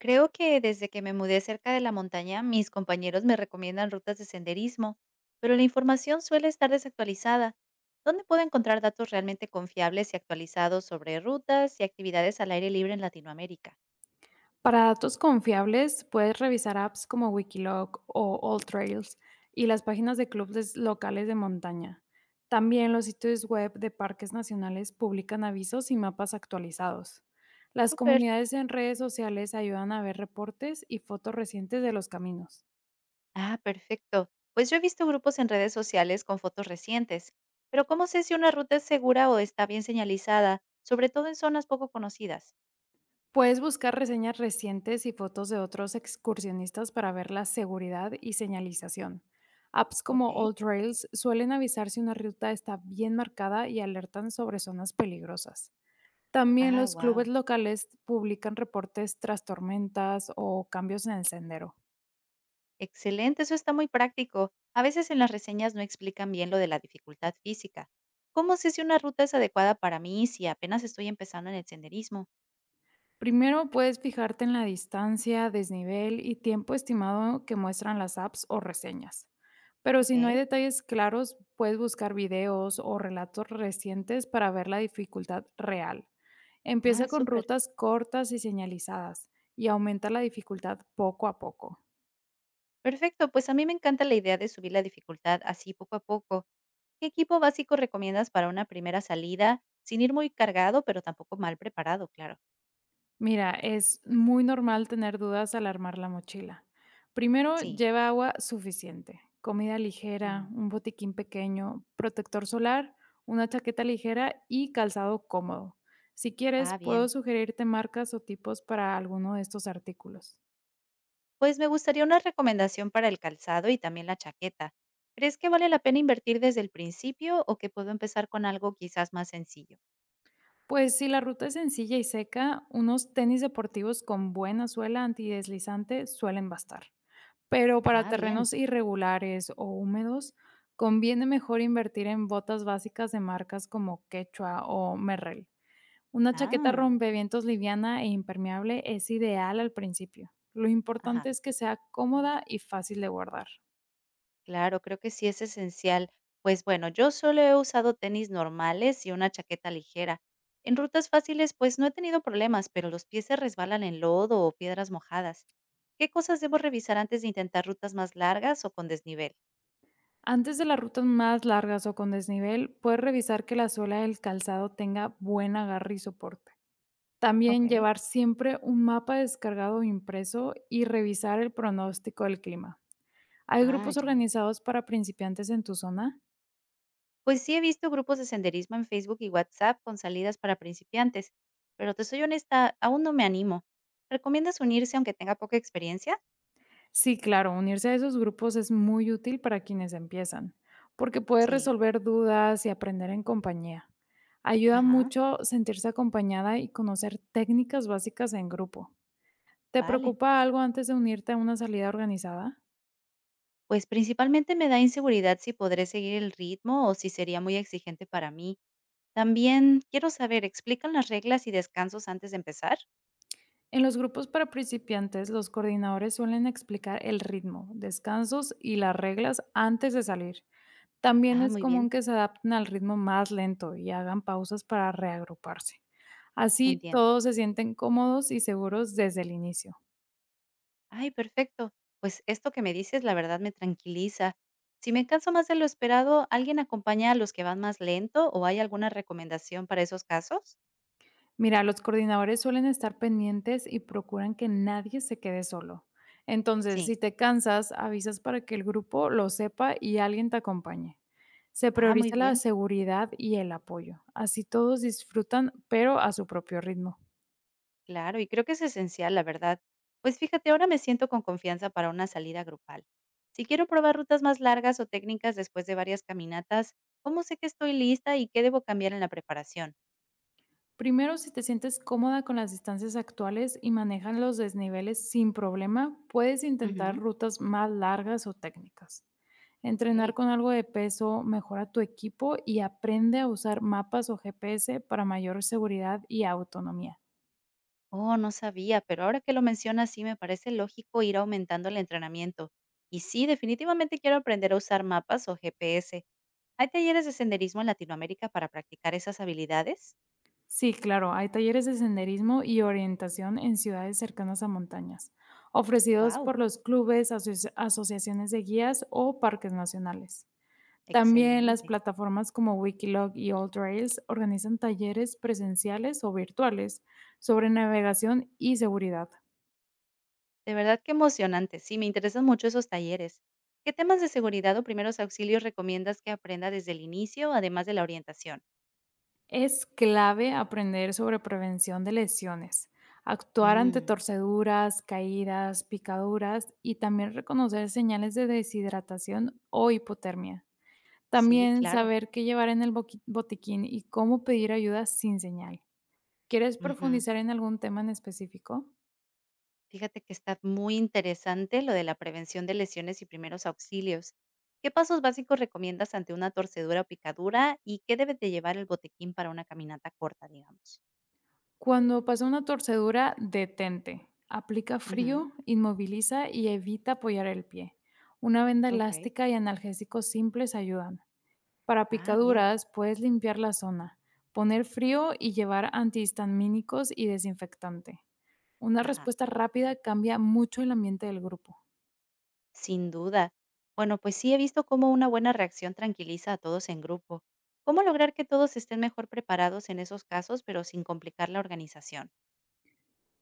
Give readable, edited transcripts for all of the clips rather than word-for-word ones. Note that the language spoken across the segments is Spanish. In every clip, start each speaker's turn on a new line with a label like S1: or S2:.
S1: Creo que desde que me mudé cerca de la montaña, mis compañeros me recomiendan rutas de senderismo, pero la información suele estar desactualizada. ¿Dónde puedo encontrar datos realmente confiables y actualizados sobre rutas y actividades al aire libre en Latinoamérica?
S2: Para datos confiables, puedes revisar apps como Wikiloc o AllTrails y las páginas de clubes locales de montaña. También los sitios web de parques nacionales publican avisos y mapas actualizados. Las
S1: Súper.
S2: comunidades en redes sociales ayudan a ver reportes y fotos recientes de los caminos.
S1: Ah, perfecto. Pues yo he visto grupos en redes sociales con fotos recientes, pero ¿cómo sé si una ruta es segura o está bien señalizada, sobre todo en zonas poco conocidas?
S2: Puedes buscar reseñas recientes y fotos de otros excursionistas para ver la seguridad y señalización. Apps como
S1: Ok.
S2: All Trails suelen avisar si una ruta está bien marcada y alertan sobre zonas peligrosas. También
S1: Ah,
S2: los clubes
S1: wow.
S2: locales publican reportes tras tormentas o cambios en el sendero.
S1: Excelente, eso está muy práctico. A veces en las reseñas no explican bien lo de la dificultad física. ¿Cómo sé si una ruta es adecuada para mí si apenas estoy empezando en el senderismo?
S2: Primero puedes fijarte en la distancia, desnivel y tiempo estimado que muestran las apps o reseñas. Pero si no hay
S1: Ok.
S2: detalles claros, puedes buscar videos o relatos recientes para ver la dificultad real. Empieza
S1: Ah,
S2: con
S1: súper.
S2: rutas cortas y señalizadas y aumenta la dificultad poco a poco.
S1: Perfecto, pues a mí me encanta la idea de subir la dificultad así poco a poco. ¿Qué equipo básico recomiendas para una primera salida sin ir muy cargado, pero tampoco mal preparado, claro?
S2: Mira, es muy normal tener dudas al armar la mochila. Primero,
S1: Sí.
S2: lleva agua suficiente, comida ligera,
S1: Mm.
S2: un botiquín pequeño, protector solar, una chaqueta ligera y calzado cómodo. Si quieres,
S1: Ah,
S2: puedo
S1: bien.
S2: sugerirte marcas o tipos para alguno de estos artículos.
S1: Pues me gustaría una recomendación para el calzado y también la chaqueta. ¿Crees que vale la pena invertir desde el principio o que puedo empezar con algo quizás más sencillo?
S2: Pues si la ruta es sencilla y seca, unos tenis deportivos con buena suela antideslizante suelen bastar. Pero para
S1: Ah, bien.
S2: terrenos irregulares o húmedos, conviene mejor invertir en botas básicas de marcas como Quechua o Merrell. Una chaqueta
S1: Ah,
S2: rompevientos liviana e impermeable es ideal al principio. Lo
S1: ajá.
S2: importante es que sea cómoda y fácil de guardar.
S1: Claro, creo que sí es esencial. Pues bueno, yo solo he usado tenis normales y una chaqueta ligera. En rutas fáciles, pues no he tenido problemas, pero los pies se resbalan en lodo o piedras mojadas. ¿Qué cosas debo revisar antes de intentar rutas más largas o con desnivel?
S2: Antes de las rutas más largas o con desnivel, puedes revisar que la suela del calzado tenga buen agarre y soporte.
S1: Ok.
S2: También llevar siempre un mapa descargado o impreso y revisar el pronóstico del clima. ¿Hay
S1: Ah,
S2: grupos
S1: ya.
S2: organizados para principiantes en tu zona?
S1: Pues sí, he visto grupos de senderismo en Facebook y WhatsApp con salidas para principiantes, pero te soy honesta, aún no me animo. ¿Recomiendas unirse aunque tenga poca experiencia?
S2: Sí, claro, unirse a esos grupos es muy útil para quienes empiezan, porque puedes
S1: Sí.
S2: resolver dudas y aprender en compañía. Ayuda
S1: Ajá,
S2: mucho sentirse acompañada y conocer técnicas básicas en grupo. ¿Te
S1: vale.
S2: preocupa algo antes de unirte a una salida organizada?
S1: Pues principalmente me da inseguridad si podré seguir el ritmo o si sería muy exigente para mí. También quiero saber, ¿explican las reglas y descansos antes de empezar?
S2: En los grupos para principiantes, los coordinadores suelen explicar el ritmo, descansos y las reglas antes de salir. También
S1: Ah,
S2: es
S1: muy
S2: común
S1: bien,
S2: que se adapten al ritmo más lento y hagan pausas para reagruparse. Así
S1: entiendo.
S2: todos se sienten cómodos y seguros desde el inicio.
S1: Ay, perfecto. Pues esto que me dices, la verdad me tranquiliza. Si me canso más de lo esperado, ¿alguien acompaña a los que van más lento o hay alguna recomendación para esos casos?
S2: Mira, los coordinadores suelen estar pendientes y procuran que nadie se quede solo. Entonces,
S1: Sí.
S2: si te cansas, avisas para que el grupo lo sepa y alguien te acompañe. Se
S1: Ah, muy
S2: prioriza la
S1: bien.
S2: seguridad y el apoyo. Así todos disfrutan, pero a su propio ritmo.
S1: Claro, y creo que es esencial, la verdad. Pues fíjate, ahora me siento con confianza para una salida grupal. Si quiero probar rutas más largas o técnicas después de varias caminatas, ¿cómo sé que estoy lista y qué debo cambiar en la preparación?
S2: Primero, si te sientes cómoda con las distancias actuales y manejan los desniveles sin problema, puedes intentar
S1: Ujú.
S2: rutas más largas o técnicas. Entrenar
S1: Ok.
S2: con algo de peso mejora tu equipo y aprende a usar mapas o GPS para mayor seguridad y autonomía.
S1: Oh, no sabía, pero ahora que lo mencionas, sí me parece lógico ir aumentando el entrenamiento. Y sí, definitivamente quiero aprender a usar mapas o GPS. ¿Hay talleres de senderismo en Latinoamérica para practicar esas habilidades?
S2: Sí, claro, hay talleres de senderismo y orientación en ciudades cercanas a montañas, ofrecidos
S1: ¡Wow!
S2: por los clubes, asociaciones de guías o parques nacionales. También las
S1: Excelente.
S2: plataformas como Wikiloc y AllTrails organizan talleres presenciales o virtuales sobre navegación y seguridad.
S1: De verdad que emocionante. Sí, me interesan mucho esos talleres. ¿Qué temas de seguridad o primeros auxilios recomiendas que aprenda desde el inicio, además de la orientación?
S2: Es clave aprender sobre prevención de lesiones, actuar ante
S1: Mm,
S2: torceduras, caídas, picaduras y también reconocer señales de deshidratación o hipotermia.
S1: sí,
S2: También
S1: claro.
S2: saber qué llevar en el botiquín y cómo pedir ayuda sin señal. ¿Quieres
S1: Ujú.
S2: profundizar en algún tema en específico?
S1: Fíjate que está muy interesante lo de la prevención de lesiones y primeros auxilios. ¿Qué pasos básicos recomiendas ante una torcedura o picadura y qué debe de llevar el botiquín para una caminata corta, digamos?
S2: Cuando pasa una torcedura, detente. Aplica
S1: Ujú.
S2: frío, inmoviliza y evita apoyar el pie. Una venda
S1: Ok.
S2: elástica y analgésicos simples ayudan. Para
S1: Ah, bien.
S2: picaduras, puedes limpiar la zona, poner frío y llevar antihistamínicos y desinfectante. Una
S1: Ajá.
S2: respuesta rápida cambia mucho el ambiente del grupo.
S1: Sin duda. Bueno, pues sí he visto cómo una buena reacción tranquiliza a todos en grupo. ¿Cómo lograr que todos estén mejor preparados en esos casos, pero sin complicar la organización?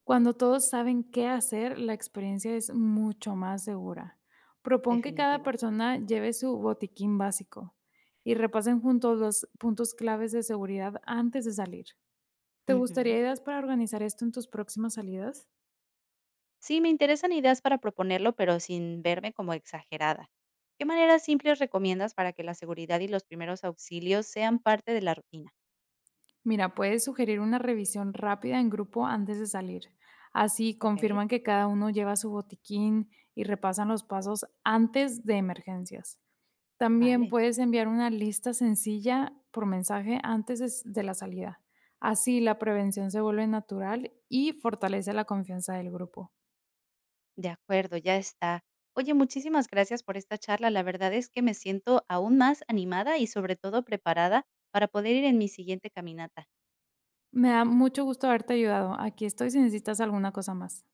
S2: Cuando todos saben qué hacer, la experiencia es mucho más segura. Propón que cada
S1: Definitivo.
S2: persona lleve su botiquín básico y repasen juntos los puntos claves de seguridad antes de salir. ¿Te gustaría
S1: Ujú.
S2: ideas para organizar esto en tus próximas salidas?
S1: Sí, me interesan ideas para proponerlo, pero sin verme como exagerada. ¿Qué maneras simples recomiendas para que la seguridad y los primeros auxilios sean parte de la rutina?
S2: Mira, puedes sugerir una revisión rápida en grupo antes de salir. Así
S1: Ok,
S2: confirman que cada uno lleva su botiquín y repasan los pasos antes de emergencias. También
S1: vale.
S2: puedes enviar una lista sencilla por mensaje antes de la salida. Así la prevención se vuelve natural y fortalece la confianza del grupo.
S1: De acuerdo, ya está. Oye, muchísimas gracias por esta charla. La verdad es que me siento aún más animada y sobre todo preparada para poder ir en mi siguiente caminata.
S2: Me da mucho gusto haberte ayudado. Aquí estoy si necesitas alguna cosa más.